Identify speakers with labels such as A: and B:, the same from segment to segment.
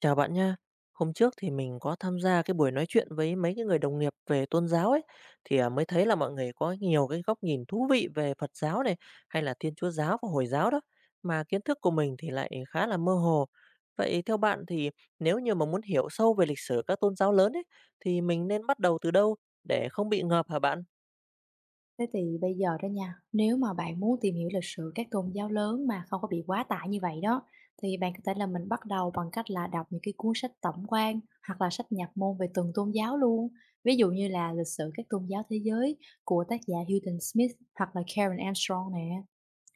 A: Chào bạn nha. Hôm trước thì mình có tham gia cái buổi nói chuyện với mấy cái người đồng nghiệp về tôn giáo ấy thì mới thấy là mọi người có nhiều cái góc nhìn thú vị về Phật giáo này hay là Thiên Chúa giáo và Hồi giáo đó, mà kiến thức của mình thì lại khá là mơ hồ. Vậy theo bạn thì nếu như mà muốn hiểu sâu về lịch sử các tôn giáo lớn ấy thì mình nên bắt đầu từ đâu để không bị ngợp hả bạn?
B: Thế thì bây giờ đó nha, nếu mà bạn muốn tìm hiểu lịch sử các tôn giáo lớn mà không có bị quá tải như vậy đó, thì bạn có thể là mình bắt đầu bằng cách là đọc những cái cuốn sách tổng quan hoặc là sách nhập môn về từng tôn giáo luôn. Ví dụ như là lịch sử các tôn giáo thế giới của tác giả Hilton Smith hoặc là Karen Armstrong nè.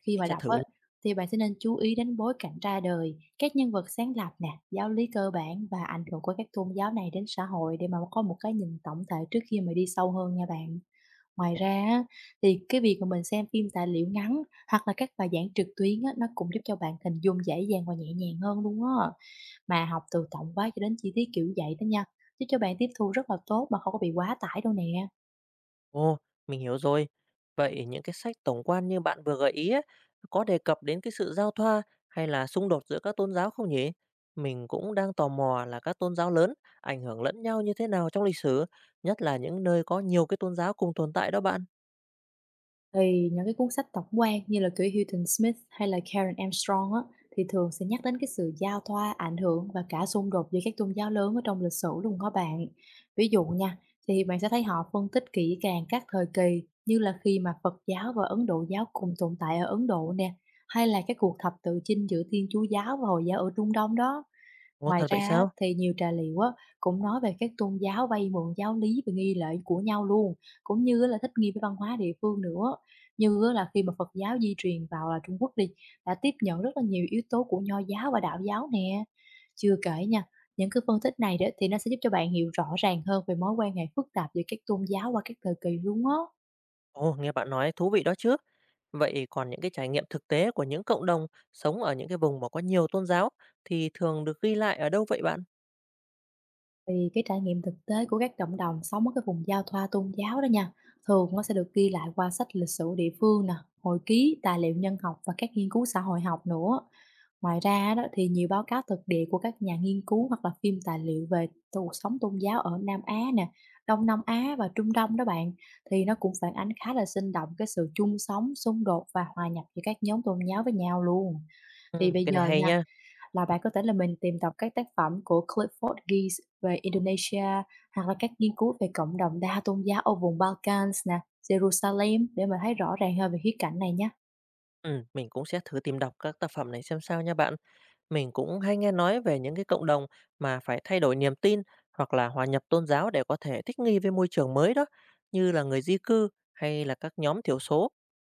B: Khi
A: Mình
B: mà
A: sẽ
B: đọc
A: thử.
B: á, thì bạn sẽ nên chú ý đến bối cảnh ra đời, các nhân vật sáng lập nè, giáo lý cơ bản và ảnh hưởng của các tôn giáo này đến xã hội, để mà có một cái nhìn tổng thể trước khi mà đi sâu hơn nha bạn. Ngoài ra á, thì cái việc mà mình xem phim tài liệu ngắn hoặc là các bài giảng trực tuyến á, nó cũng giúp cho bạn hình dung dễ dàng và nhẹ nhàng hơn luôn á. Mà học từ tổng quát cho đến chi tiết kiểu vậy đó nha, giúp cho bạn tiếp thu rất là tốt mà không có bị quá tải đâu nè.
A: Ồ, mình hiểu rồi. Vậy những cái sách tổng quan như bạn vừa gợi ý ấy, có đề cập đến cái sự giao thoa hay là xung đột giữa các tôn giáo không nhỉ? Mình cũng đang tò mò là các tôn giáo lớn ảnh hưởng lẫn nhau như thế nào trong lịch sử, nhất là những nơi có nhiều cái tôn giáo cùng tồn tại đó bạn.
B: Thì những cái cuốn sách tổng quan như là của Hilton Smith hay là Karen Armstrong á, thì thường sẽ nhắc đến cái sự giao thoa, ảnh hưởng và cả xung đột giữa các tôn giáo lớn ở trong lịch sử luôn các bạn. Ví dụ nha, thì bạn sẽ thấy họ phân tích kỹ càng các thời kỳ, như là khi mà Phật giáo và Ấn Độ giáo cùng tồn tại ở Ấn Độ nè, hay là cái cuộc thập tự chinh giữa Thiên Chúa giáo và Hồi giáo ở Trung Đông đó.
A: Ồ,
B: Ngoài
A: thật
B: ra
A: vậy
B: á,
A: sao?
B: thì nhiều trà liệu á, cũng nói về các tôn giáo vay mượn giáo lý và nghi lễ của nhau luôn, cũng như á là thích nghi với văn hóa địa phương nữa. Như á là khi mà Phật giáo di truyền vào là Trung Quốc đi, đã tiếp nhận rất là nhiều yếu tố của Nho giáo và Đạo giáo nè. Chưa kể nha, những cái phân tích này đó thì nó sẽ giúp cho bạn hiểu rõ ràng hơn về mối quan hệ phức tạp giữa các tôn giáo qua các thời kỳ luôn á.
A: Ồ, nghe bạn nói thú vị đó chứ. Vậy còn những cái trải nghiệm thực tế của những cộng đồng sống ở những cái vùng mà có nhiều tôn giáo thì thường được ghi lại ở đâu vậy bạn?
B: Thì cái trải nghiệm thực tế của các cộng đồng sống ở cái vùng giao thoa tôn giáo đó nha, thường nó sẽ được ghi lại qua sách lịch sử địa phương nè, hồi ký, tài liệu nhân học và các nghiên cứu xã hội học nữa. Ngoài ra đó thì nhiều báo cáo thực địa của các nhà nghiên cứu hoặc là phim tài liệu về cuộc sống tôn giáo ở Nam Á nè, Đông Nam Á và Trung Đông đó bạn, thì nó cũng phản ánh khá là sinh động cái sự chung sống, xung đột và hòa nhập giữa các nhóm tôn giáo với nhau luôn. Thì
A: Ừ,
B: bây
A: cái này
B: giờ
A: hay
B: nha,
A: nha.
B: là bạn có thể là mình tìm đọc các tác phẩm của Clifford Geertz về Indonesia hoặc là các nghiên cứu về cộng đồng đa tôn giáo ở vùng Balkans nè, Jerusalem, để mình thấy rõ ràng hơn về khía cạnh này nhé.
A: Ừ, mình cũng sẽ thử tìm đọc các tác phẩm này xem sao nha bạn. Mình cũng hay nghe nói về những cái cộng đồng mà phải thay đổi niềm tin hoặc là hòa nhập tôn giáo để có thể thích nghi với môi trường mới đó, như là người di cư hay là các nhóm thiểu số.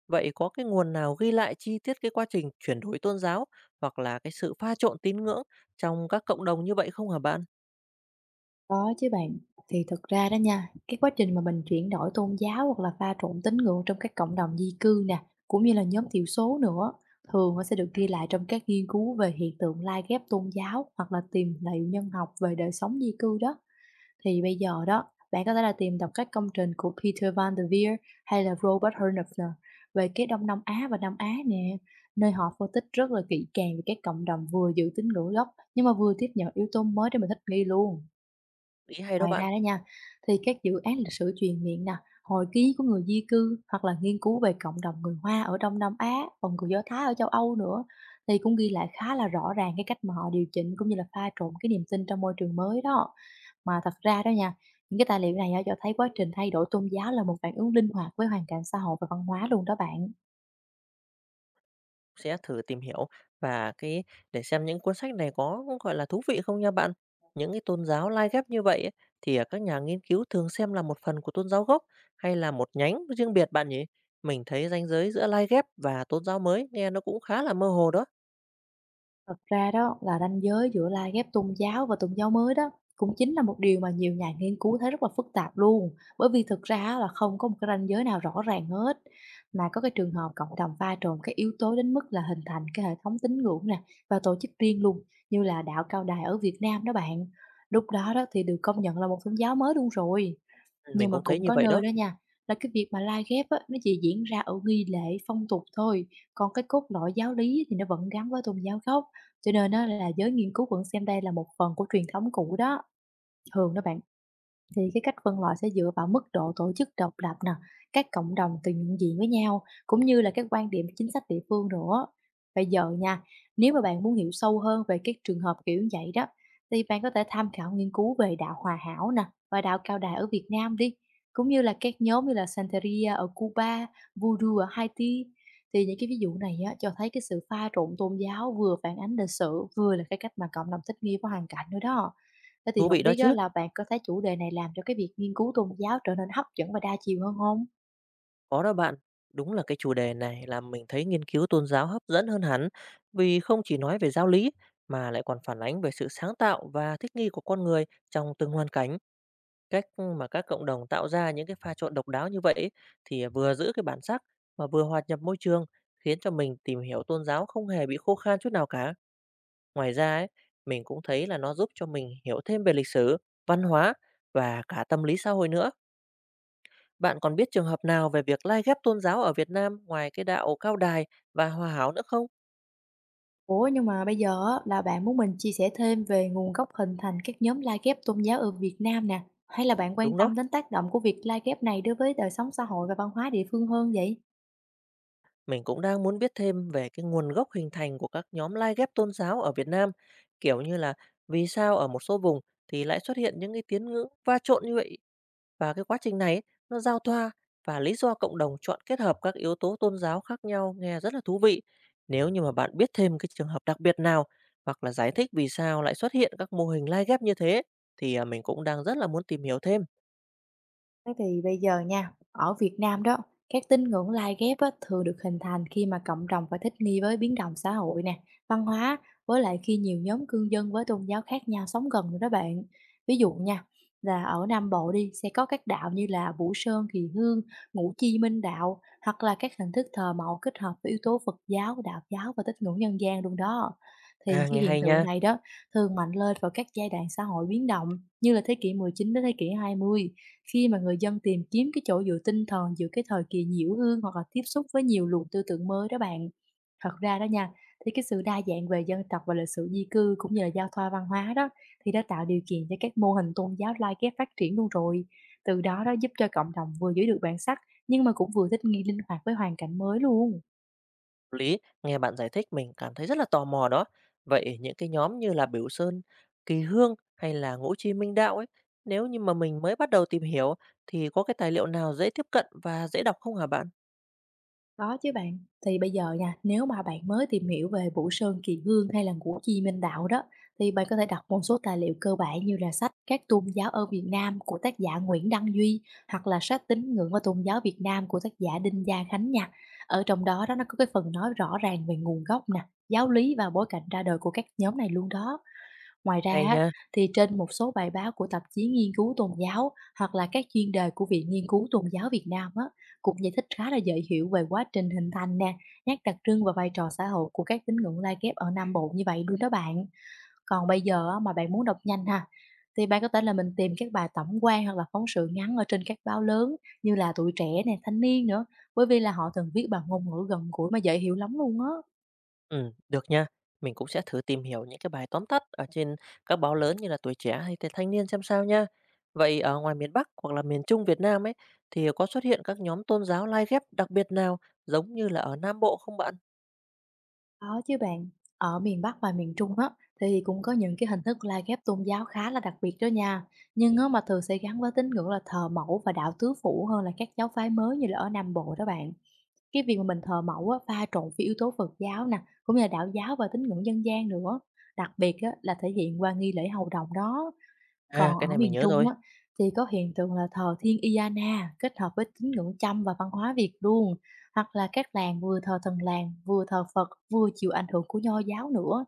A: Vậy có cái nguồn nào ghi lại chi tiết cái quá trình chuyển đổi tôn giáo hoặc là cái sự pha trộn tín ngưỡng trong các cộng đồng như vậy không hả bạn?
B: Có chứ bạn, thì thực ra đó nha, cái quá trình mà mình chuyển đổi tôn giáo hoặc là pha trộn tín ngưỡng trong các cộng đồng di cư nè, cũng như là nhóm thiểu số nữa, thường nó sẽ được ghi lại trong các nghiên cứu về hiện tượng lai ghép tôn giáo hoặc là tìm liệu nhân học về đời sống di cư đó. Thì bây giờ đó, bạn có thể là tìm đọc các công trình của Peter Van der Veer hay là Robert Hernefler về cái Đông Nam Á và Nam Á nè, nơi họ phân tích rất là kỹ càng về các cộng đồng vừa giữ tín ngưỡng gốc nhưng mà vừa tiếp nhận yếu tố mới để mình thích nghi luôn.
A: Ý hay đó
B: Ngoài ra
A: bạn.
B: đó nha, thì các dự án lịch sử truyền miệng nè, hồi ký của người di cư hoặc là nghiên cứu về cộng đồng người Hoa ở Đông Nam Á, còn người Do Thái ở châu Âu nữa, thì cũng ghi lại khá là rõ ràng cái cách mà họ điều chỉnh cũng như là pha trộn cái niềm tin trong môi trường mới đó. Mà thật ra đó nha, những cái tài liệu này á cho thấy quá trình thay đổi tôn giáo là một phản ứng linh hoạt với hoàn cảnh xã hội và văn hóa luôn đó bạn.
A: Sẽ thử tìm hiểu và cái để xem những cuốn sách này có, gọi là, thú vị không nha bạn. Những cái tôn giáo lai ghép như vậy ấy, thì, các nhà nghiên cứu thường xem là một phần của tôn giáo gốc hay là một nhánh riêng biệt bạn nhỉ? Mình thấy ranh giới giữa lai ghép và tôn giáo mới nghe nó cũng khá là mơ hồ đó.
B: Thật ra đó là ranh giới giữa la ghép tôn giáo và tôn giáo mới đó cũng chính là một điều mà nhiều nhà nghiên cứu thấy rất là phức tạp luôn, bởi vì thực ra á là không có một cái ranh giới nào rõ ràng hết. Mà có cái trường hợp cộng đồng pha trộn các yếu tố đến mức là hình thành cái hệ thống tín ngưỡng nè và tổ chức riêng luôn, như là đạo Cao Đài ở Việt Nam đó bạn. Lúc đó đó thì được công nhận là một tôn giáo mới luôn rồi.
A: Mình
B: Nhưng mà
A: cũng
B: cũng
A: thấy như
B: có
A: vậy
B: nơi
A: đó,
B: đó nha, là cái việc mà lai ghép á, nó chỉ diễn ra ở nghi lễ, phong tục thôi, còn cái cốt lõi giáo lý thì nó vẫn gắn với tôn giáo gốc, cho nên nó là giới nghiên cứu vẫn xem đây là một phần của truyền thống cũ đó. Thường đó bạn, thì cái cách phân loại sẽ dựa vào mức độ tổ chức độc lập nè, các cộng đồng từng nhận diện với nhau, cũng như là các quan điểm chính sách địa phương nữa. Bây giờ nha, nếu mà bạn muốn hiểu sâu hơn về các trường hợp kiểu như vậy đó, thì bạn có thể tham khảo nghiên cứu về đạo Hòa Hảo nè và đạo Cao Đài ở Việt Nam đi, cũng như là các nhóm như là Santeria ở Cuba, Voodoo ở Haiti. Thì những cái ví dụ này á, cho thấy cái sự pha trộn tôn giáo vừa phản ánh lịch sử vừa là cái cách mà cộng đồng thích nghi với hoàn cảnh nữa đó. Thế thì
A: thú
B: không
A: vị đó
B: biết á,
A: chứ.
B: là bạn có thấy chủ đề này làm cho cái việc nghiên cứu tôn giáo trở nên hấp dẫn và đa chiều hơn không?
A: Có đó bạn, đúng là cái chủ đề này làm mình thấy nghiên cứu tôn giáo hấp dẫn hơn hẳn, vì không chỉ nói về giáo lý mà lại còn phản ánh về sự sáng tạo và thích nghi của con người trong từng hoàn cảnh. Cách mà các cộng đồng tạo ra những cái pha trộn độc đáo như vậy ấy, thì vừa giữ cái bản sắc mà vừa hòa nhập môi trường, khiến cho mình tìm hiểu tôn giáo không hề bị khô khan chút nào cả. Ngoài ra ấy, mình cũng thấy là nó giúp cho mình hiểu thêm về lịch sử, văn hóa và cả tâm lý xã hội nữa. Bạn còn biết trường hợp nào về việc lai ghép tôn giáo ở Việt Nam ngoài cái đạo Cao Đài và Hòa Hảo nữa không?
B: Ủa, nhưng mà bây giờ á, là bạn muốn mình chia sẻ thêm về nguồn gốc hình thành các nhóm lai ghép tôn giáo ở Việt Nam nè, hay là bạn quan
A: Đúng đó.
B: tâm đến tác động của việc lai ghép này đối với đời sống xã hội và văn hóa địa phương hơn vậy?
A: Mình cũng đang muốn biết thêm về cái nguồn gốc hình thành của các nhóm lai ghép tôn giáo ở Việt Nam, kiểu như là vì sao ở một số vùng thì lại xuất hiện những cái tiếng ngữ va trộn như vậy, và cái quá trình này ấy, nó giao thoa và lý do cộng đồng chọn kết hợp các yếu tố tôn giáo khác nhau nghe rất là thú vị. Nếu như mà bạn biết thêm cái trường hợp đặc biệt nào hoặc là giải thích vì sao lại xuất hiện các mô hình lai ghép như thế thì mình cũng đang rất là muốn tìm hiểu thêm.
B: Thế thì bây giờ nha, ở Việt Nam đó, các tín ngưỡng lai ghép á, thường được hình thành khi mà cộng đồng phải thích nghi với biến động xã hội nè, văn hóa, với lại khi nhiều nhóm cư dân với tôn giáo khác nhau sống gần nữa đó bạn. Ví dụ nha, là ở Nam Bộ đi, sẽ có các đạo như là Vũ Sơn, Kỳ Hương, Ngũ Chi Minh Đạo, hoặc là các hình thức thờ mẫu kết hợp với yếu tố Phật giáo, Đạo giáo và tín ngưỡng dân gian luôn đó. Thì
A: À,
B: cái
A: nghe
B: hiện
A: hay
B: tượng
A: nha.
B: này đó thường mạnh lên vào các giai đoạn xã hội biến động, như là thế kỷ 19 đến thế kỷ 20, khi mà người dân tìm kiếm cái chỗ dựa tinh thần giữa cái thời kỳ nhiễu hương hoặc là tiếp xúc với nhiều luồng tư tưởng mới đó bạn. Thật ra đó nha, thì cái sự đa dạng về dân tộc và lịch sử di cư cũng như là giao thoa văn hóa đó thì đã tạo điều kiện cho các mô hình tôn giáo lai ghép phát triển luôn rồi. Từ đó đó giúp cho cộng đồng vừa giữ được bản sắc, nhưng mà cũng vừa thích nghi linh hoạt với hoàn cảnh mới luôn.
A: Nghe bạn giải thích mình cảm thấy rất là tò mò đó. Vậy những cái nhóm như là Biểu Sơn, Kỳ Hương hay là Ngũ Chi Minh Đạo ấy, nếu như mà mình mới bắt đầu tìm hiểu thì có cái tài liệu nào dễ tiếp cận và dễ đọc không hả bạn?
B: Có chứ bạn, thì bây giờ nha, nếu mà bạn mới tìm hiểu về Vũ Sơn Kỳ Hương hay là Ngũ Chi Minh Đạo đó, thì bạn có thể đọc một số tài liệu cơ bản như là sách Các tôn giáo ở Việt Nam của tác giả Nguyễn Đăng Duy hoặc là sách Tín ngưỡng và tôn giáo Việt Nam của tác giả Đinh Gia Khánh nha. Ở trong đó đó nó có cái phần nói rõ ràng về nguồn gốc nè, giáo lý và bối cảnh ra đời của các nhóm này luôn đó. Ngoài ra
A: Hay
B: á,
A: nha.
B: thì trên một số bài báo của tạp chí nghiên cứu tôn giáo hoặc là các chuyên đề của Viện Nghiên cứu Tôn giáo Việt Nam á, cũng giải thích khá là dễ hiểu về quá trình hình thành nè, nét đặc trưng và vai trò xã hội của các tín ngưỡng lai ghép ở Nam Bộ như vậy luôn đó bạn. Còn bây giờ á, mà bạn muốn đọc nhanh ha, thì bạn có thể là mình tìm các bài tổng quan hoặc là phóng sự ngắn ở trên các báo lớn như là Tuổi Trẻ nè, Thanh Niên nữa, bởi vì là họ thường viết bằng ngôn ngữ gần gũi mà dễ hiểu lắm luôn á.
A: Ừ, được nha. Mình cũng sẽ thử tìm hiểu những cái bài tóm tắt ở trên các báo lớn như là Tuổi Trẻ hay là Thanh Niên xem sao nha. Vậy ở ngoài miền Bắc hoặc là miền Trung Việt Nam ấy thì có xuất hiện các nhóm tôn giáo lai ghép đặc biệt nào giống như là ở Nam Bộ không bạn?
B: Có chứ bạn, ở miền Bắc và miền Trung á thì cũng có những cái hình thức la ghép tôn giáo khá là đặc biệt đó nha. Nhưng á mà thường sẽ gắn với tín ngưỡng là thờ mẫu và đạo tứ phủ hơn là các giáo phái mới như là ở Nam Bộ đó bạn. Cái việc mà mình thờ mẫu á, pha trộn với yếu tố Phật giáo nè, cũng như là đạo giáo và tín ngưỡng dân gian nữa. Đặc biệt á, là thể hiện qua nghi lễ hầu đồng đó. Còn
A: À, cái
B: ở
A: này mình
B: miền
A: nhớ
B: Trung
A: rồi.
B: á, thì có hiện tượng là thờ Thiên Iyana kết hợp với tín ngưỡng Chăm và văn hóa Việt luôn, hoặc là các làng vừa thờ thần làng, vừa thờ Phật, vừa chịu ảnh hưởng của Nho giáo nữa.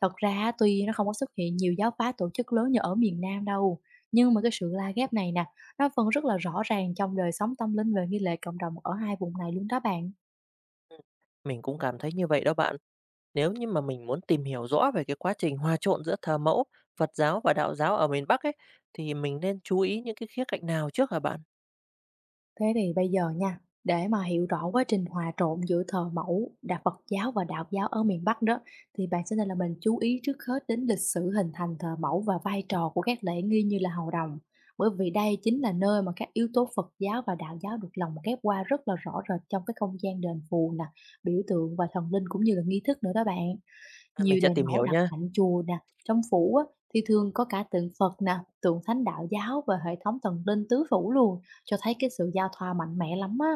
B: Thật ra á, tuy nó không có xuất hiện nhiều giáo phái tổ chức lớn như ở miền Nam đâu, nhưng mà cái sự la ghép này nè, nó vẫn rất là rõ ràng trong đời sống tâm linh về nghi lễ cộng đồng ở hai vùng này luôn đó bạn.
A: Mình cũng cảm thấy như vậy đó bạn. Nếu như mà mình muốn tìm hiểu rõ về cái quá trình hòa trộn giữa thờ mẫu, Phật giáo và đạo giáo ở miền Bắc ấy, thì mình nên chú ý những cái khía cạnh nào trước hả bạn?
B: Thế thì bây giờ nha, để mà hiểu rõ quá trình hòa trộn giữa thờ mẫu, đạo Phật giáo và đạo giáo ở miền Bắc đó, thì bạn sẽ nên là mình chú ý trước hết đến lịch sử hình thành thờ mẫu và vai trò của các lễ nghi như là hầu đồng. Bởi vì đây chính là nơi mà các yếu tố Phật giáo và đạo giáo được lồng ghép qua rất là rõ rệt trong cái không gian đền phù nè, biểu tượng và thần linh cũng như là nghi thức nữa đó bạn.
A: À,
B: Nhiều
A: mình sẽ
B: đền
A: tìm
B: mẫu
A: hiểu
B: đặt
A: nha.
B: cạnh chùa nè, trong phủ á, thì thường có cả tượng Phật nè, tượng thánh đạo giáo và hệ thống thần linh tứ phủ luôn, cho thấy cái sự giao thoa mạnh mẽ lắm á.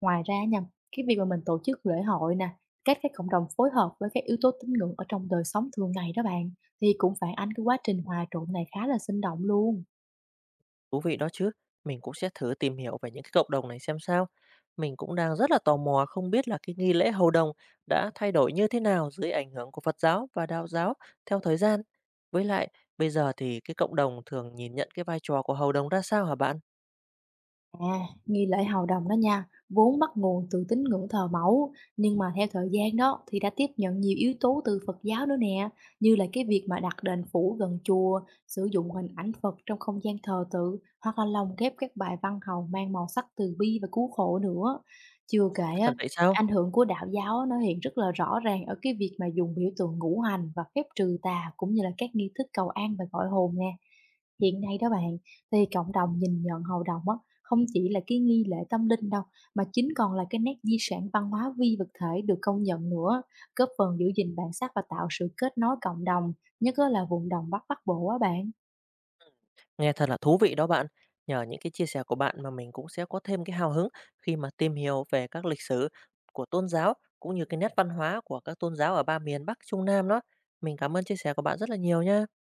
B: Ngoài ra nha, cái việc mà mình tổ chức lễ hội nè, các cái cộng đồng phối hợp với các yếu tố tín ngưỡng ở trong đời sống thường ngày đó bạn, thì cũng phản ánh cái quá trình hòa trộn này khá là sinh động luôn.
A: Thú vị đó chứ. Mình cũng sẽ thử tìm hiểu về những cái cộng đồng này xem sao. Mình cũng đang rất là tò mò không biết là cái nghi lễ hầu đồng đã thay đổi như thế nào dưới ảnh hưởng của Phật giáo và đạo giáo theo thời gian. Với lại, bây giờ thì cái cộng đồng thường nhìn nhận cái vai trò của hầu đồng ra sao hả bạn?
B: À, nghi lễ hầu đồng đó nha, vốn bắt nguồn từ tín ngưỡng thờ mẫu, nhưng mà theo thời gian đó thì đã tiếp nhận nhiều yếu tố từ Phật giáo nữa nè, như là cái việc mà đặt đền phủ gần chùa, sử dụng hình ảnh Phật trong không gian thờ tự, hoặc là lồng ghép các bài văn hầu mang màu sắc từ bi và cứu khổ nữa. Chưa
A: Ồ,
B: kể á,
A: thật vậy sao?
B: ảnh hưởng của đạo giáo á, nó hiện rất là rõ ràng ở cái việc mà dùng biểu tượng ngũ hành và phép trừ tà cũng như là các nghi thức cầu an và gọi hồn nè. Hiện nay đó bạn, thì cộng đồng nhìn nhận hầu đồng á, không chỉ là cái nghi lễ tâm linh đâu, mà chính còn là cái nét di sản văn hóa phi vật thể được công nhận nữa, góp phần giữ gìn bản sắc và tạo sự kết nối cộng đồng, nhất á là vùng đồng Bắc Bắc Bộ á bạn.
A: Nghe thật là thú vị đó bạn. Nhờ những cái chia sẻ của bạn mà mình cũng sẽ có thêm cái hào hứng khi mà tìm hiểu về các lịch sử của tôn giáo cũng như cái nét văn hóa của các tôn giáo ở ba miền Bắc, Trung, Nam đó. Mình cảm ơn chia sẻ của bạn rất là nhiều nha.